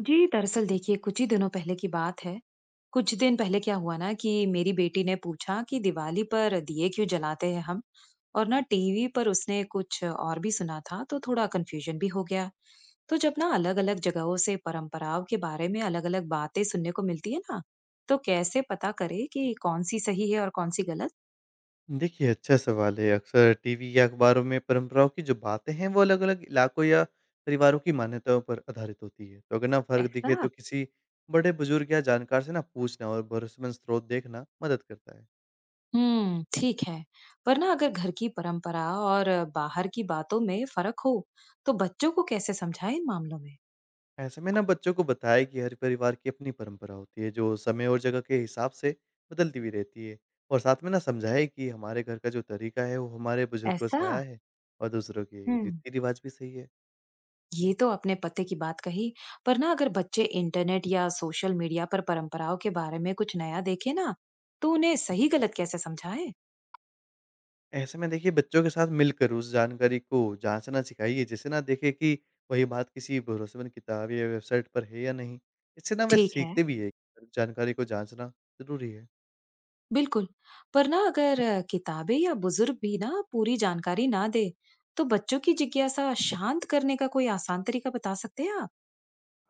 जी, दरअसल देखिए कुछ ही दिनों पहले की बात है। कुछ दिन पहले क्या हुआ ना कि मेरी बेटी ने पूछा कि दिवाली पर दिए क्यों जलाते हैं हम? और ना टीवी पर उसने कुछ और भी सुना था तो थोड़ा कंफ्यूजन भी हो गया। तो जब ना अलग-अलग जगहों से परंपराओं के बारे में अलग-अलग बातें सुनने को मिलती है ना, तो कैसे पता करे कि कौन सी सही है और कौन सी गलत? देखिए, अच्छा सवाल है। अक्सर टीवी या अखबारों में परंपराओं की जो बातें हैं, वो अलग-अलग इलाकों या परिवारों की मान्यताओं पर आधारित होती है। तो अगर ना फ़र्क दिखे ऐसा? तो किसी बड़े बुजुर्ग या जानकार से ना पूछना और भरोसेमंद स्रोत देखना मदद करता है। ठीक है। पर ना अगर घर की परंपरा और बाहर की बातों में फर्क हो, तो बच्चों को कैसे समझाएं इन मामलों में? ऐसे में ना बच्चों को बताएं कि हर परिवार की अपनी परंपरा होती है, जो समय और जगह के हिसाब से बदलती भी रहती है। और साथ में ना समझाएँ कि हमारे घर का जो तरीका है, वो हमारे बुजुर्गों से ऐसा? आया है और दूसरों के हुँ। रीति-रिवाज भी सही है। ये तो आपने पते की बात कही। पर ना अगर बच्चे इंटरनेट या सोशल मीडिया पर परंपराओं के बारे में कुछ नया देखें ना, तो उन्हें सही गलत कैसे समझाएँ? ऐसे में देखिए बच्चों के साथ मिलकर उस जानकारी को जाँचना सिखाइए, जिससे ना देखें कि वही बात किसी भरोसेमंद किताब या वेबसाइट पर है या नहीं। इससे ना वे ठीक है। सीखते भी है, कि जानकारी को जाँचना ज़रूरी है। बिल्कुल। पर ना अगर किताबें या बुजुर्ग भी ना पूरी जानकारी ना दे, तो बच्चों की जिज्ञासा शांत करने का कोई आसान तरीका बता सकते हैं आप?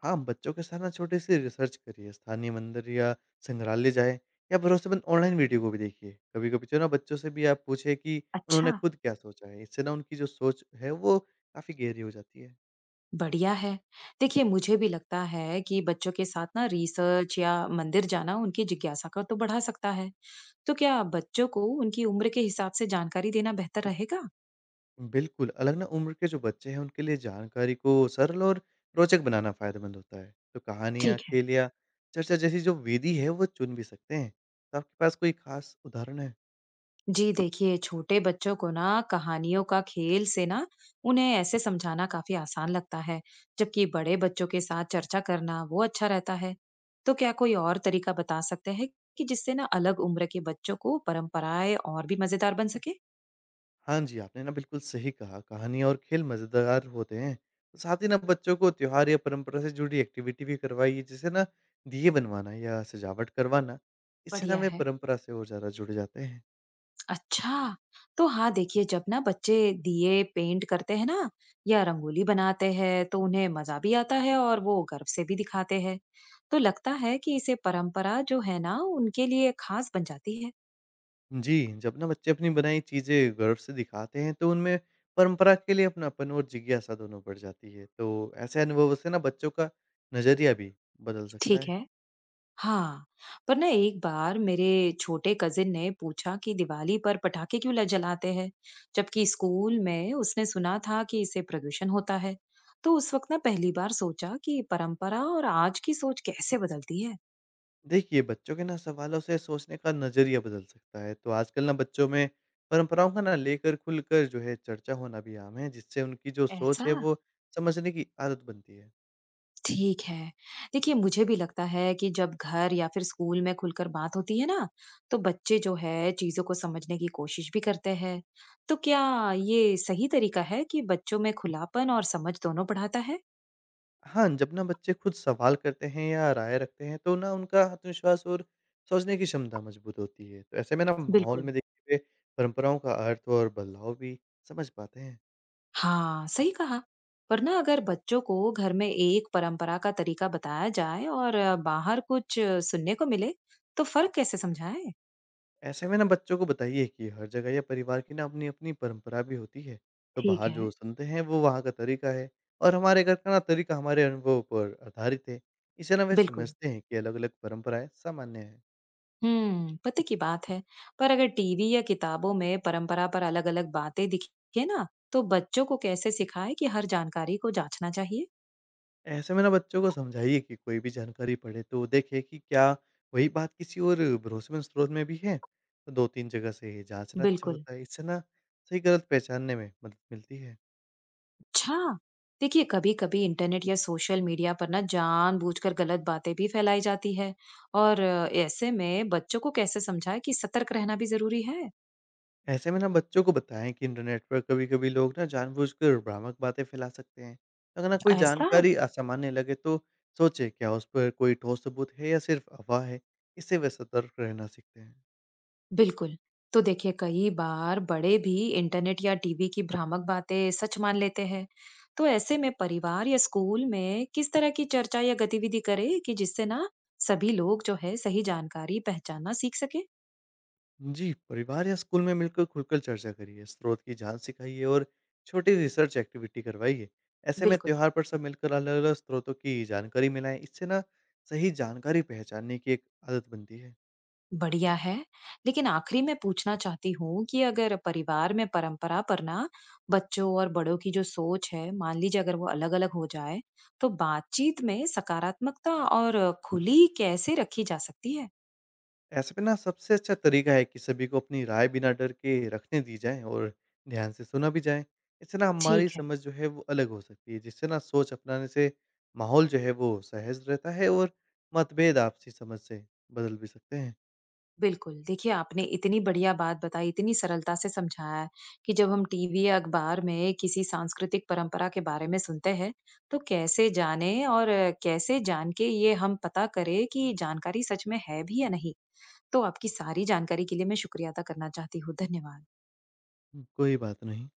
हाँ, बच्चों के साथ ना छोटी सी रिसर्च करिए, स्थानीय मंदिर या संग्रहालय जाएँ या भरोसेमंद ऑनलाइन वीडियो को भी देखिए। कभी-कभी जो है ना बच्चों से भी आप पूछें कि उन्होंने अच्छा। खुद क्या सोचा है, इससे ना उनकी जो सोच है वो काफ़ी गहरी हो जाती है। बढ़िया है। देखिए मुझे भी लगता है कि बच्चों के साथ ना रिसर्च या मंदिर जाना उनकी जिज्ञासा को तो बढ़ा सकता है। तो क्या बच्चों को उनकी उम्र के हिसाब से जानकारी देना बेहतर रहेगा? बिल्कुल, अलग ना उम्र के जो बच्चे हैं, उनके लिए जानकारी को सरल और रोचक बनाना फ़ायदेमंद होता है। तो कहानियाँ, ठीक है। खेल या चर्चा जैसी जो विधि है, वो चुन भी सकते हैं। तो आपके पास कोई ख़ास उदाहरण है? जी देखिए छोटे बच्चों को ना कहानियों का खेल से ना उन्हें ऐसे समझाना काफी आसान लगता है, जबकि बड़े बच्चों के साथ चर्चा करना वो अच्छा रहता है। तो क्या कोई और तरीका बता सकते हैं कि जिससे ना अलग उम्र के बच्चों को परंपराएं और भी मजेदार बन सके? हाँ जी, आपने ना बिल्कुल सही कहा, कहानियाँ और खेल मज़ेदार होते हैं। तो साथ ही ना बच्चों को त्योहार या परंपरा से जुड़ी एक्टिविटी भी करवाइए, जैसे ना दिए बनवाना या सजावट करवाना। इससे ना बढ़िया वे है। परंपरा से और ज़्यादा जुड़ जाते हैं। अच्छा, तो हाँ देखिए जब ना बच्चे दिए पेंट करते हैं ना या रंगोली बनाते हैं, तो उन्हें मजा भी आता है और वो गर्व से भी दिखाते हैं। तो लगता है कि इसे परंपरा जो है ना उनके लिए खास बन जाती है। जी, जब ना बच्चे अपनी बनाई चीज़ें गर्व से दिखाते हैं, तो उनमें परंपरा के लिए अपनापन और जिज्ञासा दोनों बढ़ जाती है। तो ऐसे अनुभवों से ना बच्चों का नज़रिया भी बदल सकता ठीक है। है। हाँ। पर ना एक बार मेरे छोटे कजिन ने पूछा कि दिवाली पर पटाखे क्यों जलाते हैं, जबकि स्कूल में उसने सुना था कि इससे प्रदूषण होता है। तो उस वक्त ना पहली बार सोचा कि परंपरा और आज की सोच कैसे बदलती है। देखिए, बच्चों के ना सवालों से सोचने का नज़रिया बदल सकता है। तो आजकल ना बच्चों में परंपराओं का ना लेकर खुलकर जो है चर्चा होना भी आम है, जिससे उनकी जो सोच ऐसा। है वो समझने की आदत बनती है। ठीक है। देखिए, मुझे भी लगता है कि जब घर या फिर स्कूल में खुलकर बात होती है ना, तो बच्चे जो है चीज़ों को समझने की कोशिश भी करते हैं। तो क्या ये सही तरीका है कि बच्चों में खुलापन और समझ दोनों बढ़ाता है? हाँ, जब ना बच्चे खुद सवाल करते हैं या राय रखते हैं, तो ना उनका आत्मविश्वास और सोचने की क्षमता मजबूत होती है। तो ऐसे में ना माहौल बिल्कुल। में देखिए वे परंपराओं का अर्थ और बदलाव भी समझ पाते हैं। हाँ, सही कहा। पर ना अगर बच्चों को घर में एक परंपरा का तरीका बताया जाए और बाहर कुछ सुनने को मिले, तो फर्क कैसे समझाएं? ऐसे में ना बच्चों को बताइए कि हर जगह या परिवार की ना अपनी-अपनी परंपरा भी होती है। तो ठीक बाहर है, जो सुनते हैं, वो वहाँ का तरीका है और हमारे घर का ना तरीका हमारे अनुभव पर आधारित है। इसे ना वे बिल्कुल। समझते हैं कि अलग-अलग परंपराएँ सामान्य हैं। हम्म, पते की बात है। पर अगर टीवी या किताबों में परंपरा पर अलग अलग बातें दिखे ना, तो बच्चों को कैसे सिखाए कि हर जानकारी को जांचना चाहिए? ऐसे में ना बच्चों को समझाइए कि कोई भी जानकारी पढ़े तो देखे कि क्या वही बात किसी और भरोसेमंद स्रोत में भी है। तो दो तीन जगह से जांचना अच्छा बिल्कुल। होता है, इससे ना सही गलत पहचानने में मदद मिलती है। अच्छा, देखिए कभी कभी इंटरनेट या सोशल मीडिया पर ना जानबूझकर गलत बातें भी फैलाई जाती है। और ऐसे में बच्चों को कैसे समझाए कि सतर्क रहना भी जरूरी है? ऐसे में ना बच्चों को बताएं कि इंटरनेट पर कभी कभी लोग ना जानबूझकर भ्रामक बातें फैला सकते हैं। अगर ना कोई ऐसा। जानकारी असामान्य लगे, तो सोचे क्या उस पर कोई ठोस सबूत है या सिर्फ अफवाह है। इससे वे सतर्क रहना सीखते हैं। बिल्कुल। तो देखिए कई बार बड़े भी इंटरनेट या टीवी की भ्रामक बातें सच मान लेते हैं। तो ऐसे में परिवार या स्कूल में किस तरह की चर्चा या गतिविधि करें कि जिससे ना सभी लोग जो है सही जानकारी पहचानना सीख सके? जी, परिवार या स्कूल में मिलकर खुलकर चर्चा करिए, स्रोत की जाँच सिखाइए और छोटी रिसर्च एक्टिविटी करवाइए। ऐसे में बिल्कुल। त्योहार पर सब मिलकर अलग-अलग स्रोतों की जानकारी मिलाएँ, इससे ना सही जानकारी पहचानने की एक आदत बनती है। बढ़िया है। लेकिन आखिरी में पूछना चाहती हूँ कि अगर परिवार में परंपरा पर ना बच्चों और बड़ों की जो सोच है, मान लीजिए अगर वो अलग-अलग हो जाए, तो बातचीत में सकारात्मकता और खुली कैसे रखी जा सकती है? ऐसे में ना सबसे अच्छा तरीका है कि सभी को अपनी राय बिना डर के रखने दी जाए और ध्यान से सुना भी जाए। इससे ना हमारी ठीक है। समझ जो है वो अलग हो सकती है, जिससे ना सोच अपनाने से माहौल जो है वो सहज रहता है और मतभेद आपसी समझ से बदल भी सकते हैं। बिल्कुल, देखिए आपने इतनी बढ़िया बात बताई, इतनी सरलता से समझाया है कि जब हम टीवी या अखबार में किसी सांस्कृतिक परंपरा के बारे में सुनते हैं, तो कैसे जानें और कैसे जान के ये हम पता करें कि जानकारी सच में है भी या नहीं? तो आपकी सारी जानकारी के लिए मैं शुक्रिया अदा करना चाहती हूँ। धन्यवाद। कोई बात नहीं।